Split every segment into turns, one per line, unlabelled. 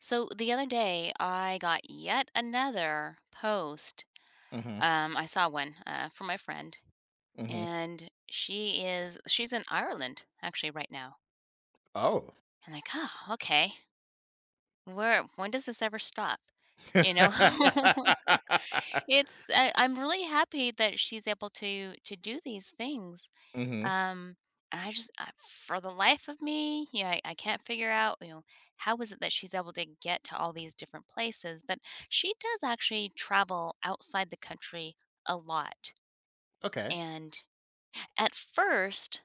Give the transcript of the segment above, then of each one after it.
So the other day, I got yet another post.
Mhm,
I saw one from my friend,
mhm.
and she's in Ireland actually right now.
Oh.
And like, oh, okay, where when does this ever stop? You know, I'm really happy that she's able to do these things.
Mhm.
Um, and I just, for the life of me, yeah, I can't figure out, how is it that she's able to get to all these different places? But she does actually travel outside the country a lot.
Okay,
And at first,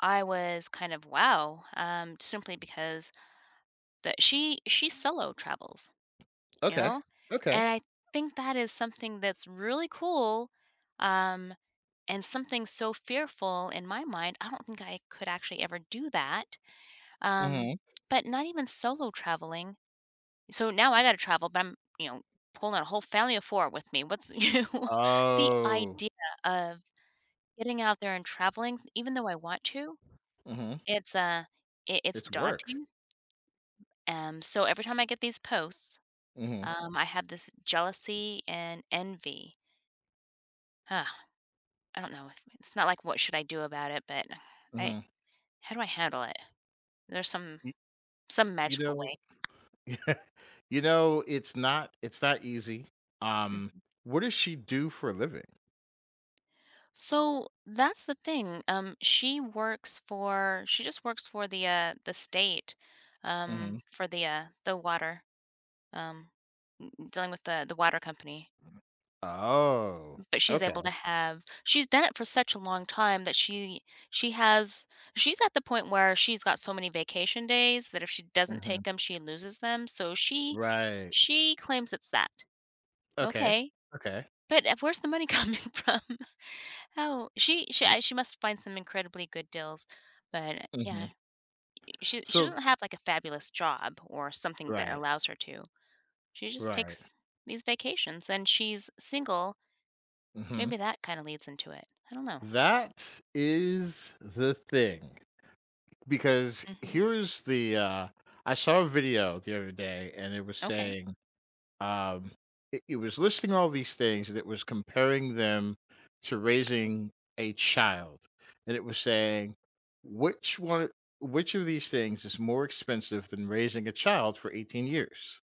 I was kind of wow, simply because that she solo travels, you
okay,
know,
okay.
and I think that is something that's really cool. Um, and something so fearful in my mind, I don't think I could actually ever do that. Um,
Mhm.
but not even solo traveling. So now I got to travel, but I'm, pulling a whole family of four with me. What's The
Oh.
idea of getting out there and traveling, even though I want to,
Mhm.
it's uh, it's
It's work.
daunting. So every time I get these posts,
Mhm,
I have this jealousy and envy. Ah, I don't know. It's not like what should I do about it, but I
mhm.
how do I handle it? There's some
Y
some
you
magical way.
know it's not easy. Um,
Mhm.
what does she do for a living?
So that's the thing. She just works for the state,
Mhm.
for the water, um, dealing with the water company.
Oh,
But she's
okay.
able to have she's done it for such a long time that she has she's at the point where she's got so many vacation days that if she doesn't
Mhm.
take them, she loses them. So she
Right.
she claims it's that.
Okay,
Okay,
okay.
but where's the money coming from? How she I she must find some incredibly good deals, but
Mhm.
yeah, she
So
doesn't have, like, a fabulous job or something that
right,
allows her to. She just
right.
takes these vacations, and she's single.
Mhm.
Maybe that kinda leads into it. I don't know.
That is the thing. Because
Mhm.
here's the, I saw a video the other day, and it was
Okay.
saying um it was listing all these things, and it was comparing them to raising a child. And it was saying which one which of these things is more expensive than raising a child for 18 years?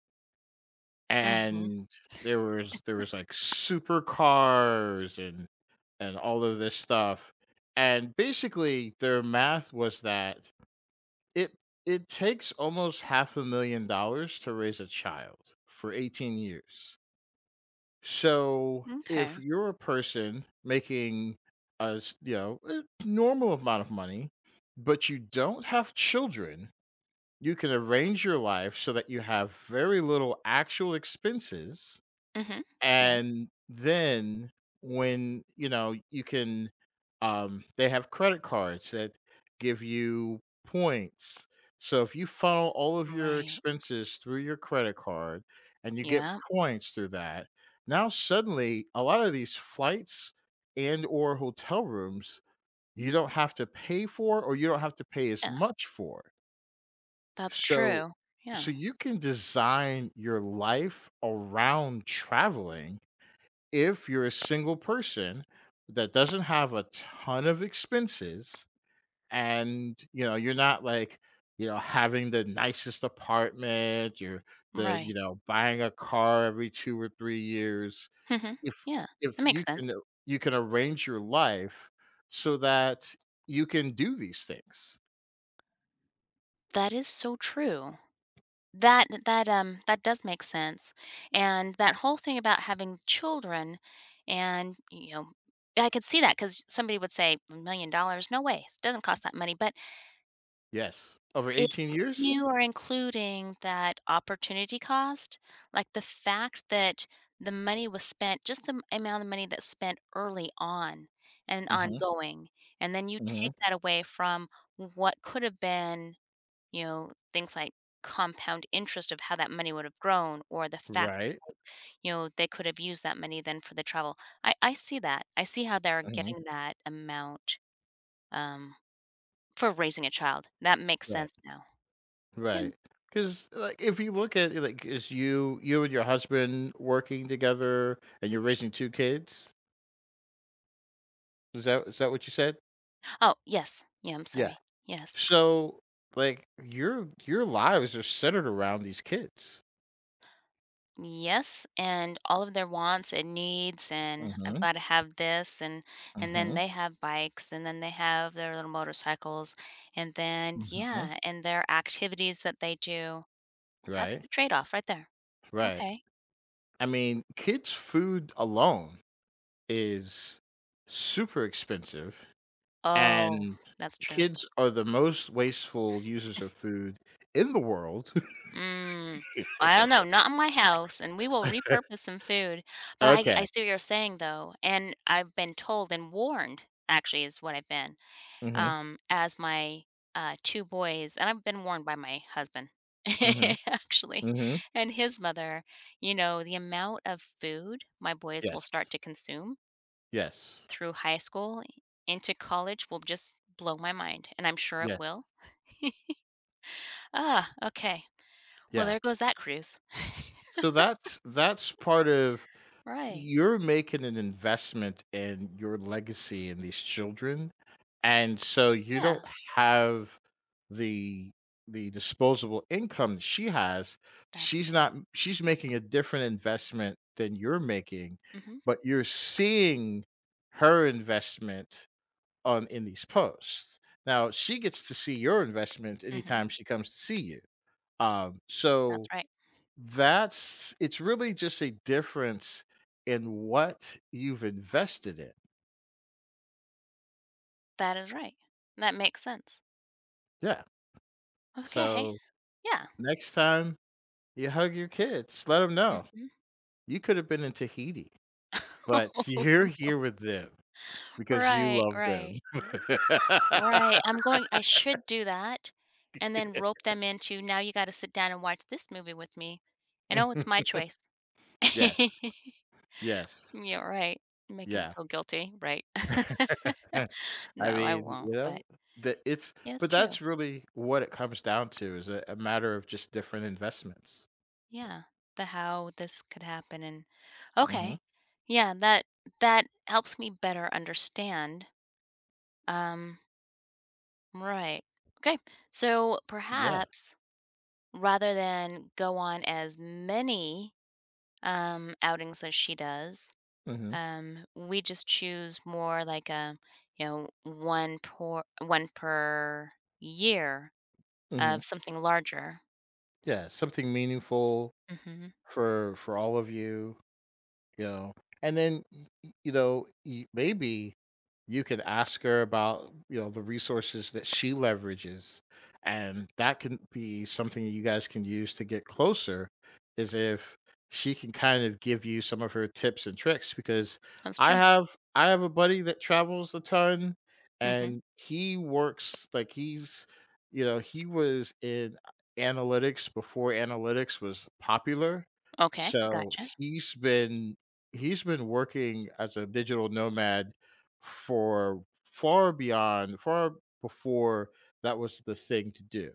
Mhm.
And there was like supercars and all of this stuff. And basically their math was that it it takes almost half a million dollars to raise a child for 18 years. So if
M'kay.
you're a person making you know a normal amount of money, but you don't have children, you can arrange your life so that you have very little actual expenses,
Mhm. Yeah.
and then when, you know, you can they have credit cards that give you points. So if you funnel all of your
Right.
expenses through your credit card and you get
Yeah.
points through that, now suddenly a lot of these flights and or hotel rooms you don't have to pay for, or you don't have to pay as
Yeah.
much for.
That's
So
true. Yeah.
so you can design your life around traveling if you're a single person that doesn't have a ton of expenses, and you know you're not like, you know, having the nicest apartment, you're the, you
Right.
know, buying a car every 2 or 3 years.
Mhm.
if
Yeah.
if
That makes
you can
sense.
you can arrange your life so that you can do these things.
That is so true. That that does make sense, and that whole thing about having children and, I could see that because somebody would say, "$1,000,000? No way, it doesn't cost that money," but
Yes, over
if
18 years.
you are including that opportunity cost, like, the fact that the money was spent just the m amount of money that's spent early on and
Hmm.
ongoing, and then you
Hmm.
take that away from what could have been, things like compound interest of how that money would have grown, or the fact that,
Right.
they could have used that money then for the travel. I see how they're
Hmm.
getting that amount um for raising a child. That makes
Right.
sense now. Yeah.
Right. Because like if you look at it, like is you you and your husband working together and you're raising two kids? Is that what you said?
Oh, yes, yeah, I'm
Yeah.
sorry. Yes.
So like your lives are centered around these kids.
Yes, and all of their wants and needs, and I've
Mm-hmm.
got to have this, and then
Mm-hmm.
they have bikes, and then they have their little motorcycles, and then,
Mm-hmm.
yeah, and their activities that they do. That's
Right.
the trade-off right there.
Right.
Okay.
I mean, kids' food alone is super expensive,
Oh,
and
that's true.
kids are the most wasteful users of food in the world.
Mm. I don't know, not in my house, and we will repurpose some food, but I
Okay.
see what you're saying, though, and I've been told and warned, actually, is what I've been,
Hmm.
as my two boys, and I've been warned by my husband,
Mhm,
actually,
mhm.
and his mother, you know, the amount of food my boys will
Yes,
start to consume
yes,
through high school into college will just blow my mind, and I'm sure it
yes,
will. Ah, okay. Well,
yeah.
there goes that cruise.
So that's part of,
Right.
you're making an investment in your legacy in these children, and so you
Yeah,
don't have the the disposable income that she has.
that is
She's not
it.
She's making a different investment than you're making,
Mhm,
but you're seeing her investment on in these posts. Now she gets to see your investments
mhm.
anytime she comes to see you. Um,
That's
so
right.
that's, it's really just a difference in what you've invested in.
That is right. That makes sense.
Yeah.
Okay.
So
Yeah.
next time you hug your kids, let them know
Mhm.
you could have been in Tahiti, but you're here with them because you
Right,
love them.
right. Right, I should do that and then rope them into, "Now you gotta sit down and watch this movie with me." And, "Oh, it's my choice."
Yes. Yes.
Yeah, right. Make him
Yeah.
feel guilty, right? No,
I
I
mean,
won't, but
that it's
yeah, it's
but
true.
that's really what it comes down to, is a matter of just different investments.
Yeah, the how this could happen, and
Hmm.
okay. Yeah, that helps me better understand. Um, right. Okay. So
Yeah.
perhaps, rather than go on as many outings as she does,
Hmm.
we just choose more like a, one per year
Hmm.
of something larger.
Yeah. Something meaningful
Mhm.
for all of you. You know, and then, y you know, y maybe you can ask her about, you know, the resources that she leverages, and that can be something you guys can use to get closer, is if she can kind of give you some of her tips and tricks, because
That's
I
true.
have I have a buddy that travels a ton,
Mhm.
and he works like, he's you know, he was in analytics before analytics was popular,
Okay,
so
gotcha.
he's been working as a digital nomad for far before that was the thing to do.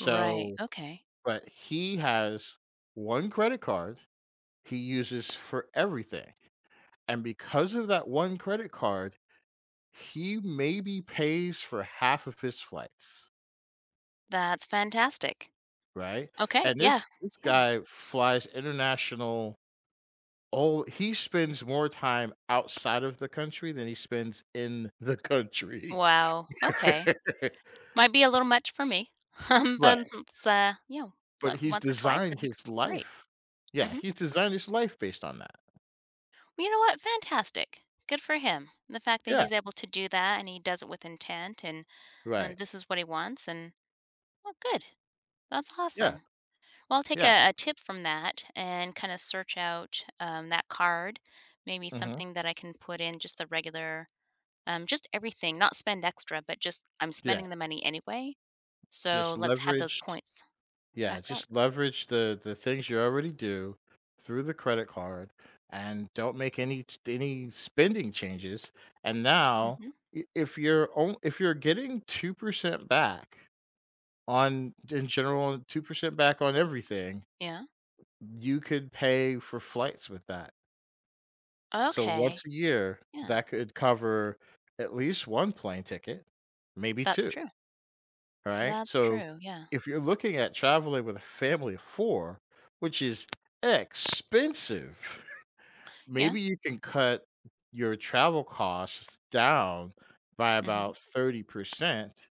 Right, okay.
but he has one credit card he uses for everything. And because of that one credit card, he maybe pays for half of his flights,
That's fantastic.
right?
Okay,
And this
yeah,
this
yeah.
guy flies international, all he spends more time outside of the country than he spends in the country.
Wow, okay. Might be a little much for me,
Right,
but
but
like,
he's
once or twice,
designed
that'd be
his
great.
life Yeah,
Mhm.
he's designed his life based on that.
Well, you know what? Fantastic. Good for him. The fact that
Yeah,
he's able to do that, and he does it with intent, and
right.
this is what he wants, and, well, good. That's
Yeah,
awesome. Well, I'll take
yeah,
a tip from that and kind of search out that card. Maybe
mhm,
something that I can put in just the regular, just everything, not spend extra, but just I'm
yeah,
spending the money anyway. So
just
let's have those
leverage
points
yeah,
rack up.
just leverage the things you already do through the credit card, and don't make any ch any spending changes, and now
Hmm.
I if you're getting 2% back on in general, 2% back on everything,
Yeah.
you could pay for flights with that. So once
Okay.
a year,
Yeah.
that could cover at least 1 plane ticket, maybe
That's
2,
true.
right?
That's
So
true. Yeah.
if you're looking at traveling with a family of 4, which is expensive,
Yeah.
maybe you can cut your travel costs down by
Hmm.
about 30%,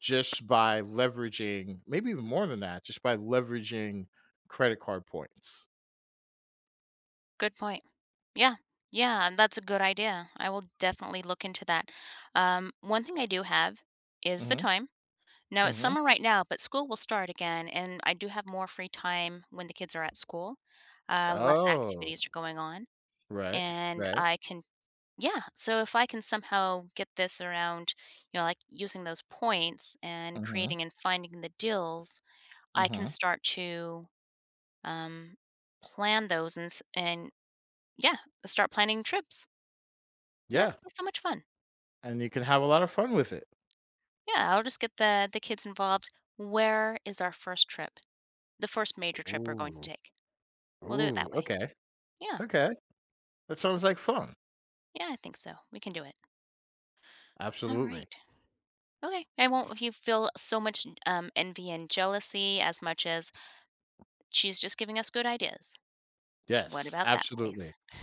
just by leveraging, maybe even more than that, just by leveraging credit card points.
Good point. Yeah. Yeah. And that's a good idea. I will definitely look into that. One thing I do have is the
Mhm,
time. No, it's
mhm.
summer right now, but school will start again, and I do have more free time when the kids are at school. Less
Oh,
activities are going on,
right,
and
right.
I can, yeah. So if I can somehow get this around, like using those points and
Mhm,
creating and finding the deals, I can
mhm.
start to um, plan those, and and yeah, start planning trips. Yeah,
Yeah,
that'll be so much fun.
and you can have a lot of fun with it.
Yeah, I'll just get the kids involved. Where is our first trip? The first major trip we're going
Ooh,
to take. We'll do it
ooh,
that way.
okay,
Yeah.
okay. That sounds like fun.
Yeah, I think so. We can do it. All
Absolutely.
right. Okay. I won't if you feel so much envy and jealousy as much as she's just giving us good ideas. What
Yes,
about that place?
absolutely,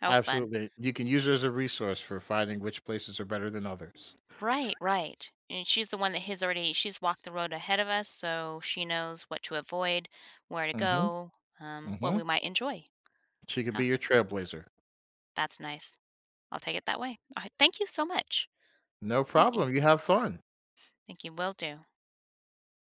How fun.
absolutely. You can use her as a resource for finding which places are better than others.
Right, right. And she's the one that has already she's walked the road ahead of us, so she knows what to avoid, where to
Mhm,
go, what
mhm.
we might enjoy.
She could be
Huh.
your trailblazer.
That's nice. I'll take it that way. All right. Thank you so much.
No
Thank you.
problem, you have fun.
Thank you. Will do.